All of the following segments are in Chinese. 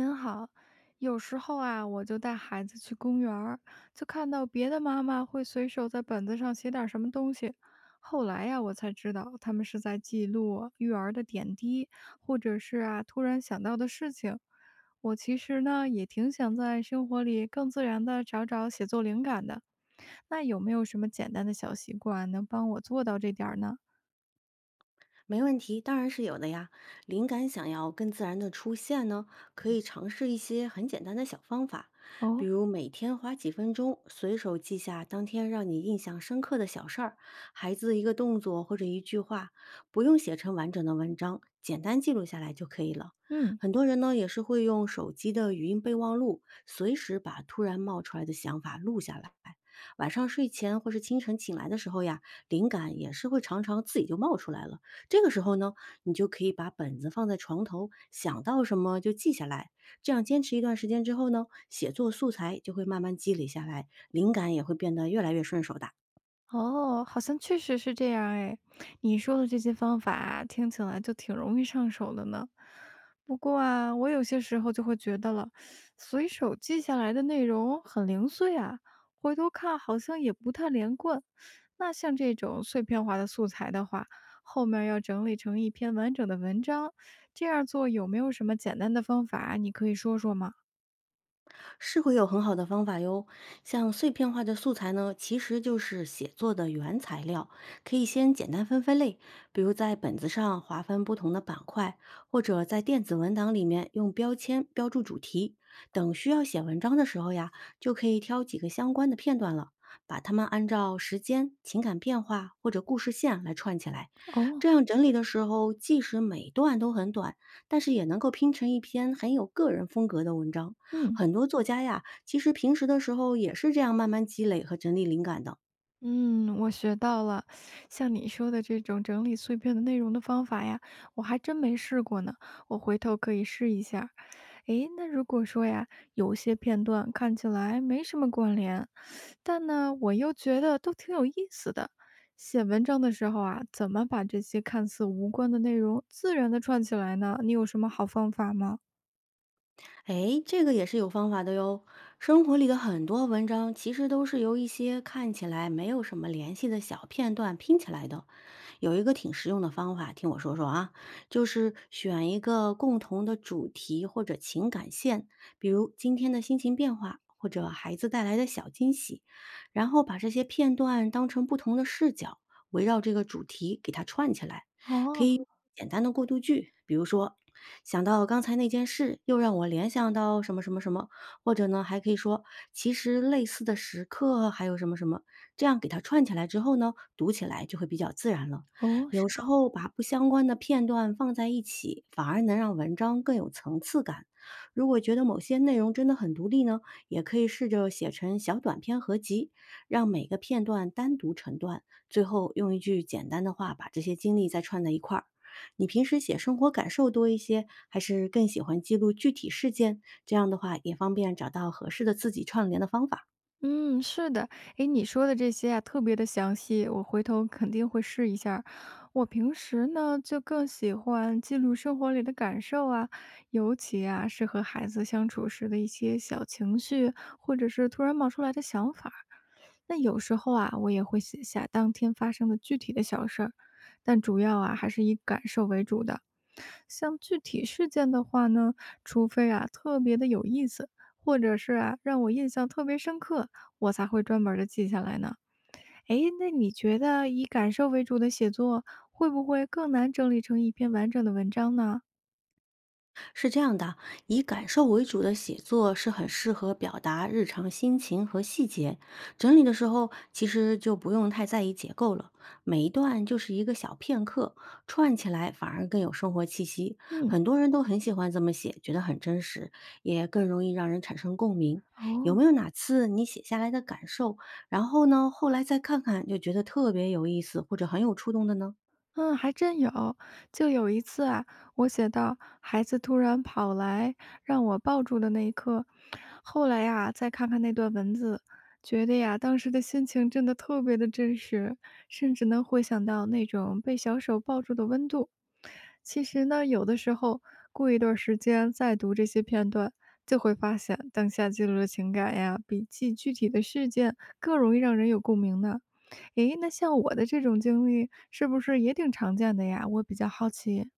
您好，有时候啊，我就带孩子去公园儿，就看到别的妈妈会随手在本子上写点儿什么东西。后来呀、我才知道他们是在记录育儿的点滴，或者是啊突然想到的事情。我其实呢也挺想在生活里更自然的找找写作灵感的。那有没有什么简单的小习惯能帮我做到这点儿呢？没问题，当然是有的呀。灵感想要更自然的出现呢，可以尝试一些很简单的小方法，比哦。如每天花几分钟，随手记下当天让你印象深刻的小事儿，孩子一个动作或者一句话，不用写成完整的文章，简单记录下来就可以了。嗯。很多人呢也是会用手机的语音备忘录，随时把突然冒出来的想法录下来。晚上睡前或是清晨醒来的时候呀，灵感也是会常常自己就冒出来了。这个时候呢，你就可以把本子放在床头，想到什么就记下来。这样坚持一段时间之后呢，写作素材就会慢慢积累下来，灵感也会变得越来越顺手的。哦，好像确实是这样哎。你说的这些方法啊听起来就挺容易上手的呢。不过啊，我有些时候就会觉得了，随手记下来的内容很零碎啊，回头看好像也不太连贯。那像这种碎片化的素材的话，后面要整理成一篇完整的文章，这样做有没有什么简单的方法啊，你可以说说吗？是会有很好的方法哟。像碎片化的素材呢，其实就是写作的原材料，可以先简单分分类，比如在本子上划分不同的板块，或者在电子文档里面用标签标注主题。等需要写文章的时候呀，就可以挑几个相关的片段了。把它们按照时间、情感变化或者故事线来串起来，这哦。样整理的时候，即使每段都很短，但是也能够拼成一篇很有个人风格的文章。嗯。很多作家呀，其实平时的时候也是这样慢慢积累和整理灵感的。嗯，我学到了，像你说的这种整理碎片的内容的方法呀，我还真没试过呢，我回头可以试一下。诶，那如果说呀，有些片段看起来没什么关联，但呢，我又觉得都挺有意思的。写文章的时候啊，怎么把这些看似无关的内容自然的串起来呢？你有什么好方法吗？哎，这个也是有方法的哟。生活里的很多文章其实都是由一些看起来没有什么联系的小片段拼起来的。有一个挺实用的方法，听我说说啊，就是选一个共同的主题或者情感线，比如今天的心情变化。或者孩子带来的小惊喜，然后把这些片段当成不同的视角，围绕这个主题给它串起来。可哦。以简单的过渡句，比如说想到刚才那件事，又让我联想到什么，或者呢，还可以说其实类似的时刻还有什么什么，这样给它串起来之后呢，读起来就会比较自然了。哦。有时候把不相关的片段放在一起，反而能让文章更有层次感。如果觉得某些内容真的很独立呢，也可以试着写成小短篇合集，让每个片段单独成段。最后用一句简单的话把这些经历再串在一块儿。你平时写生活感受多一些，还是更喜欢记录具体事件？这样的话也方便找到合适的自己串联的方法。嗯，是的。诶，你说的这些啊，特别的详细，我回头肯定会试一下儿。我平时呢，就更喜欢记录生活里的感受啊，尤其啊，是和孩子相处时的一些小情绪，或者是突然冒出来的想法儿。那有时候啊，我也会写下当天发生的具体的小事儿，但主要啊，还是以感受为主的。像具体事件的话呢，除非啊特别的有意思，或者是啊让我印象特别深刻，我才会专门的记下来呢。诶，那你觉得以感受为主的写作，会不会更难整理成一篇完整的文章呢？是这样的，以感受为主的写作是很适合表达日常心情和细节。整理的时候，其实就不用太在意结构了，每一段就是一个小片刻，串起来反而更有生活气息。嗯。很多人都很喜欢这么写，觉得很真实，也更容易让人产生共鸣。有哦。没有哪次你写下来的感受，然后呢，后来再看看就觉得特别有意思或者很有触动的呢？嗯，还真有。就有一次啊，我写到孩子突然跑来让我抱住的那一刻，后来呀，再看看那段文字，觉得呀，当时的心情真的特别的真实，甚至能回想到那种被小手抱住的温度。其实呢，有的时候过一段时间再读这些片段，就会发现当下记录的情感呀，比记具体的事件更容易让人有共鸣呢。诶，那像我的这种经历是不是也挺常见的呀？我比较好奇。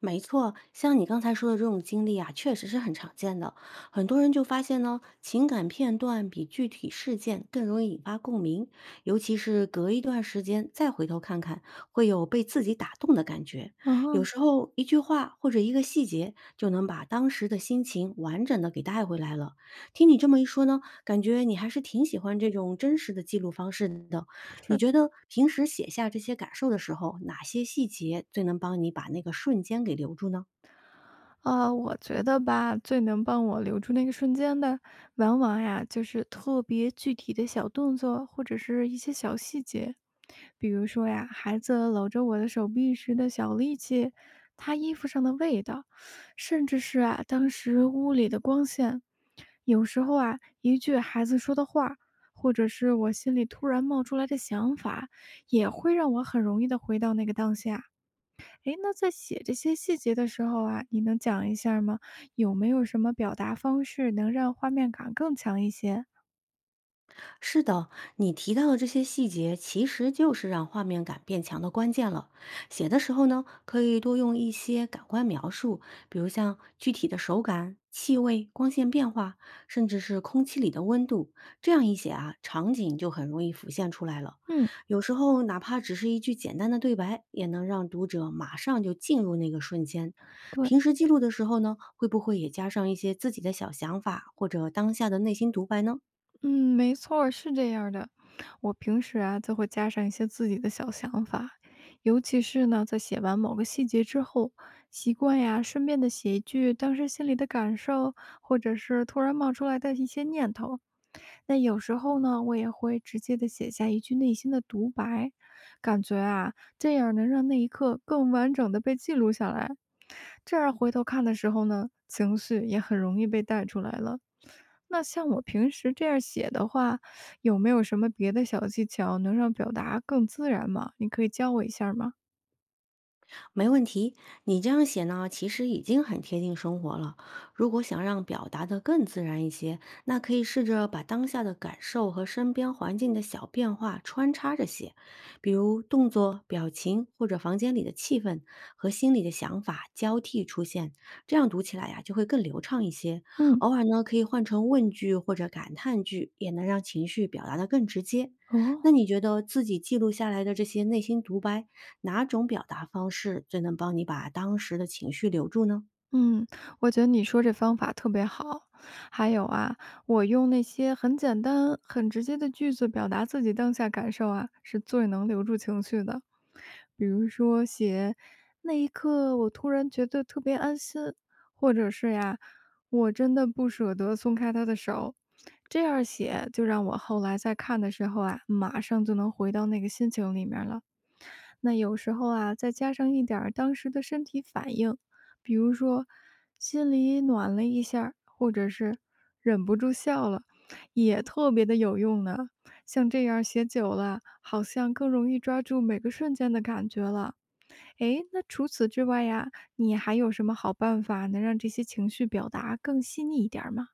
没错，像你刚才说的这种经历啊，确实是很常见的。很多人就发现呢，情感片段比具体事件更容易引发共鸣，尤其是隔一段时间再回头看看，会有被自己打动的感觉。有时候一句话或者一个细节，就能把当时的心情完整的给带回来了。听你这么一说呢，感觉你还是挺喜欢这种真实的记录方式的。就你是。觉得平时写下这些感受的时候，哪些细节最能帮你把那个瞬间给留住呢？啊，我觉得吧，最能帮我留住那个瞬间的，往往呀就是特别具体的小动作，或者是一些小细节。比如说呀，孩子搂着我的手臂时的小力气，他衣服上的味道，甚至是啊，当时屋里的光线。有时候啊，一句孩子说的话，或者是我心里突然冒出来的想法，也会让我很容易的回到那个当下。诶，那在写这些细节的时候啊，你能讲一下吗？有没有什么表达方式能让画面感更强一些？是的，你提到的这些细节，其实就是让画面感变强的关键了。写的时候呢，可以多用一些感官描述，比如像具体的手感、气味、光线变化，甚至是空气里的温度。这样一写啊，场景就很容易浮现出来了。嗯。有时候，哪怕只是一句简单的对白，也能让读者马上就进入那个瞬间。对。平时记录的时候呢，会不会也加上一些自己的小想法，或者当下的内心独白呢？嗯，没错儿是这样儿的。我平时啊，就会加上一些自己的小想法，尤其是呢，在写完某个细节之后，习惯呀，顺便的写一句当时心里的感受，或者是突然冒出来的一些念头。那有时候呢，我也会直接的写下一句内心的独白，感觉啊，这样能让那一刻更完整的被记录下来。这样回头看的时候呢，情绪也很容易被带出来了。那像我平时这样写的话，有没有什么别的小技巧能让表达更自然吗？你可以教我一下儿吗？没问题，你这样写呢，其实已经很贴近生活了。如果想让表达的更自然一些，那可以试着把当下的感受和身边环境的小变化穿插着写，比如动作、表情或者房间里的气氛和心里的想法交替出现，这样读起来呀、就会更流畅一些。嗯。偶尔呢，可以换成问句或者感叹句，也能让情绪表达的更直接。哦。那你觉得自己记录下来的这些内心独白？哪种表达方式最能帮你把当时的情绪留住呢？嗯，我觉得你说这方法特别好。还有啊，我用那些很简单、很直接的句子表达自己当下感受啊，是最能留住情绪的。比如说写“那一刻，我突然觉得特别安心”，或者是呀“我真的不舍得松开他的手”。这样写就让我后来在看的时候啊，马上就能回到那个心情里面了。那有时候啊，再加上一点儿当时的身体反应。比如说心里暖了一下儿或者是忍不住笑了，也特别的有用呢。像这样写久了，好像更容易抓住每个瞬间的感觉了。诶，那除此之外呀，你还有什么好办法能让这些情绪表达更细腻一点儿吗？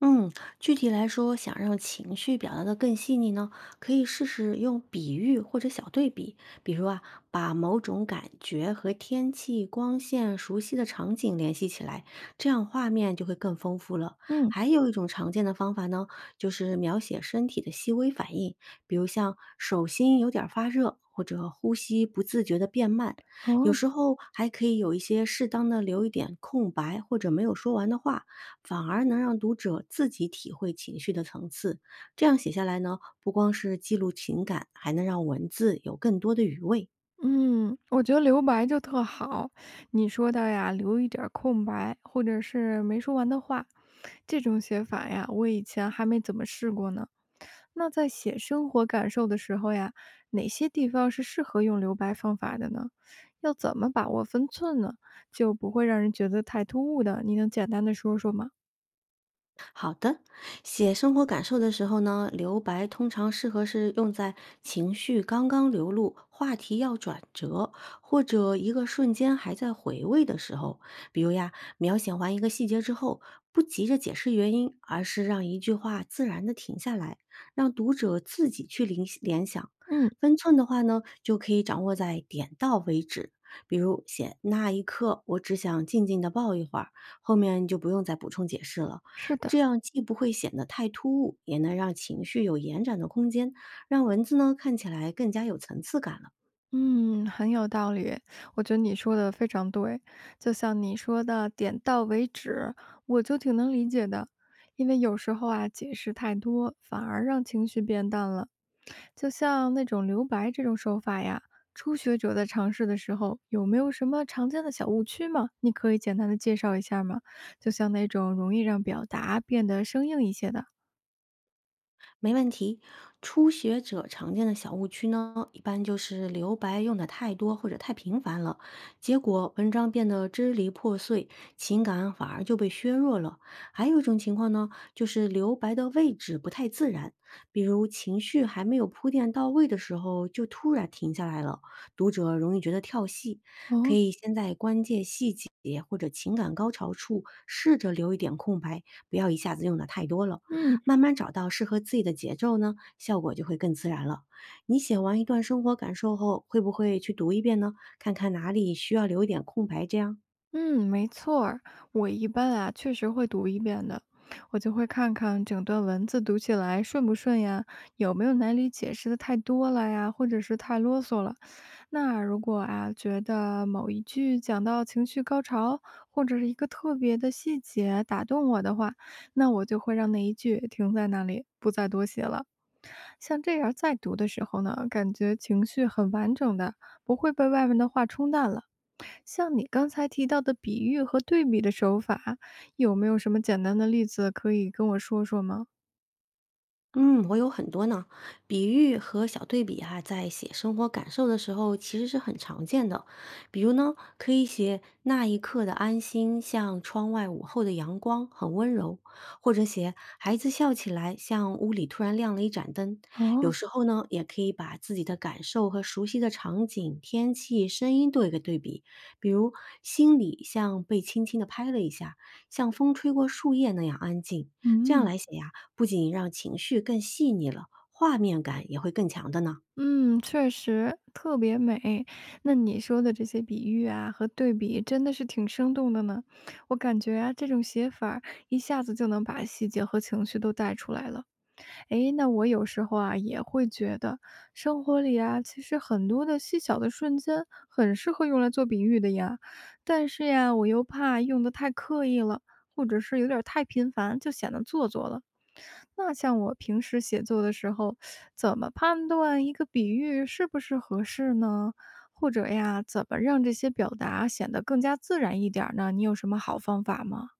嗯，具体来说，想让情绪表达的更细腻呢，可以试试用比喻或者小对比，比如啊，把某种感觉和天气、光线、熟悉的场景联系起来，这样画面就会更丰富了。嗯。还有一种常见的方法呢，就是描写身体的细微反应，比如像手心有点儿发热，或者呼吸不自觉的变慢。有哦。时候还可以有一些适当的留一点空白或者没有说完的话，反而能让读者自己体会情绪的层次。这样写下来呢，不光是记录情感，还能让文字有更多的余味。嗯，我觉得留白就特好。你说的呀，留一点儿空白，或者是没说完的话，这种写法呀，我以前还没怎么试过呢。那在写生活感受的时候呀，哪些地方是适合用留白方法的呢？要怎么把握分寸呢？就不会让人觉得太突兀的？你能简单的说说吗？好的，写生活感受的时候呢，留白通常适合是用在情绪刚刚流露、话题要转折，或者一个瞬间还在回味的时候。比如呀，描写完一个细节之后，不急着解释原因，而是让一句话自然的停下来，让读者自己去联想。嗯，分寸的话呢，就可以掌握在点到为止。比如写那一刻，我只想静静的抱一会儿，后面就不用再补充解释了。是这的。样既不会显得太突兀，也能让情绪有延展的空间，让文字呢看起来更加有层次感。了。嗯，很有道理，我觉得你说的非常对。就像你说的“点到为止”，我就挺能理解的，因为有时候啊，解释太多反而让情绪变淡了。就像那种留白这种手法呀，初学者在尝试的时候，有没有什么常见的小误区吗？你可以简单的介绍一下吗？就像那种容易让表达变得生硬一些的。没问题。初学者常见的小误区呢，一般就是留白用的太多或者太频繁了，结果文章变得支离破碎，情感反而就被削弱了。还有一种情况呢，就是留白的位置不太自然，比如情绪还没有铺垫到位的时候就突然停下来了，读者容易觉得跳戏。可哦。以先在关键细节或者情感高潮处试着留一点空白，不要一下子用的太多了。嗯。慢慢找到适合自己的节奏呢，效果就会更自然了。你写完一段生活感受后，会不会去读一遍呢？看看哪里需要留一点空白，这样。嗯，没错儿，我一般啊确实会读一遍的，我就会看看整段文字读起来顺不顺呀，有没有哪里解释的太多了呀，或者是太啰嗦了。那如果啊觉得某一句讲到情绪高潮，或者是一个特别的细节打动我的话，那我就会让那一句停在那里，不再多写了。像这样再读的时候呢，感觉情绪很完整的，不会被外面的话冲淡了。像你刚才提到的比喻和对比的手法，有没有什么简单的例子可以跟我说说吗？嗯，我有很多呢。比喻和小对比哈，在写生活感受的时候，其实是很常见的。比如呢，可以写那一刻的安心，像窗外午后的阳光，很温柔；或者写孩子笑起来，像屋里突然亮了一盏灯。有哦。时候呢，也可以把自己的感受和熟悉的场景、天气、声音做一个对比。比如，心里像被轻轻地拍了一下，像风吹过树叶那样安静。这样嗯。来写呀，不仅让情绪更细腻了，画面感也会更强的呢。嗯，确实特别美。那你说的这些比喻啊和对比，真的是挺生动的呢。我感觉啊，这种写法儿一下子就能把细节和情绪都带出来了。诶，那我有时候啊也会觉得，生活里啊其实很多的细小的瞬间很适合用来做比喻的呀，但是呀，我又怕用的太刻意了，或者是有点儿太频繁，就显得做作了。那像我平时写作的时候，怎么判断一个比喻是不是合适呢？或者呀，怎么让这些表达显得更加自然一点儿呢？你有什么好方法吗？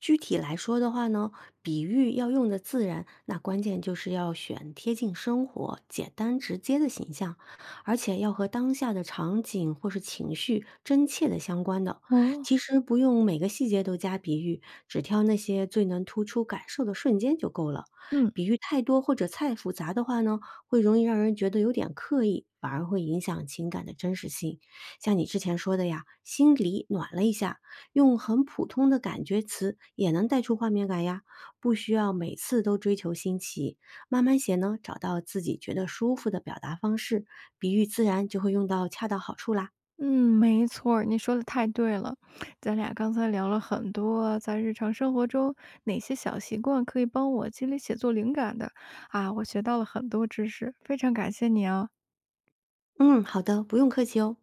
具体来说的话呢，比喻要用的自然，那关键就是要选贴近生活、简单直接的形象，而且要和当下的场景或是情绪真切的相关的。哦。其实不用每个细节都加比喻，只挑那些最能突出感受的瞬间就够了。嗯。比喻太多或者太复杂的话呢，会容易让人觉得有点刻意，反而会影响情感的真实性。像你之前说的呀，心里暖了一下，用很普通的感觉词也能带出画面感呀，不需要每次都追求新奇。慢慢写呢，找到自己觉得舒服的表达方式，比喻自然就会用到恰到好处啦。嗯，没错儿你说的太对了。咱俩刚才聊了很多，在日常生活中哪些小习惯可以帮我积累写作灵感的啊，我学到了很多知识，非常感谢你啊。嗯，好的，不用客气哦。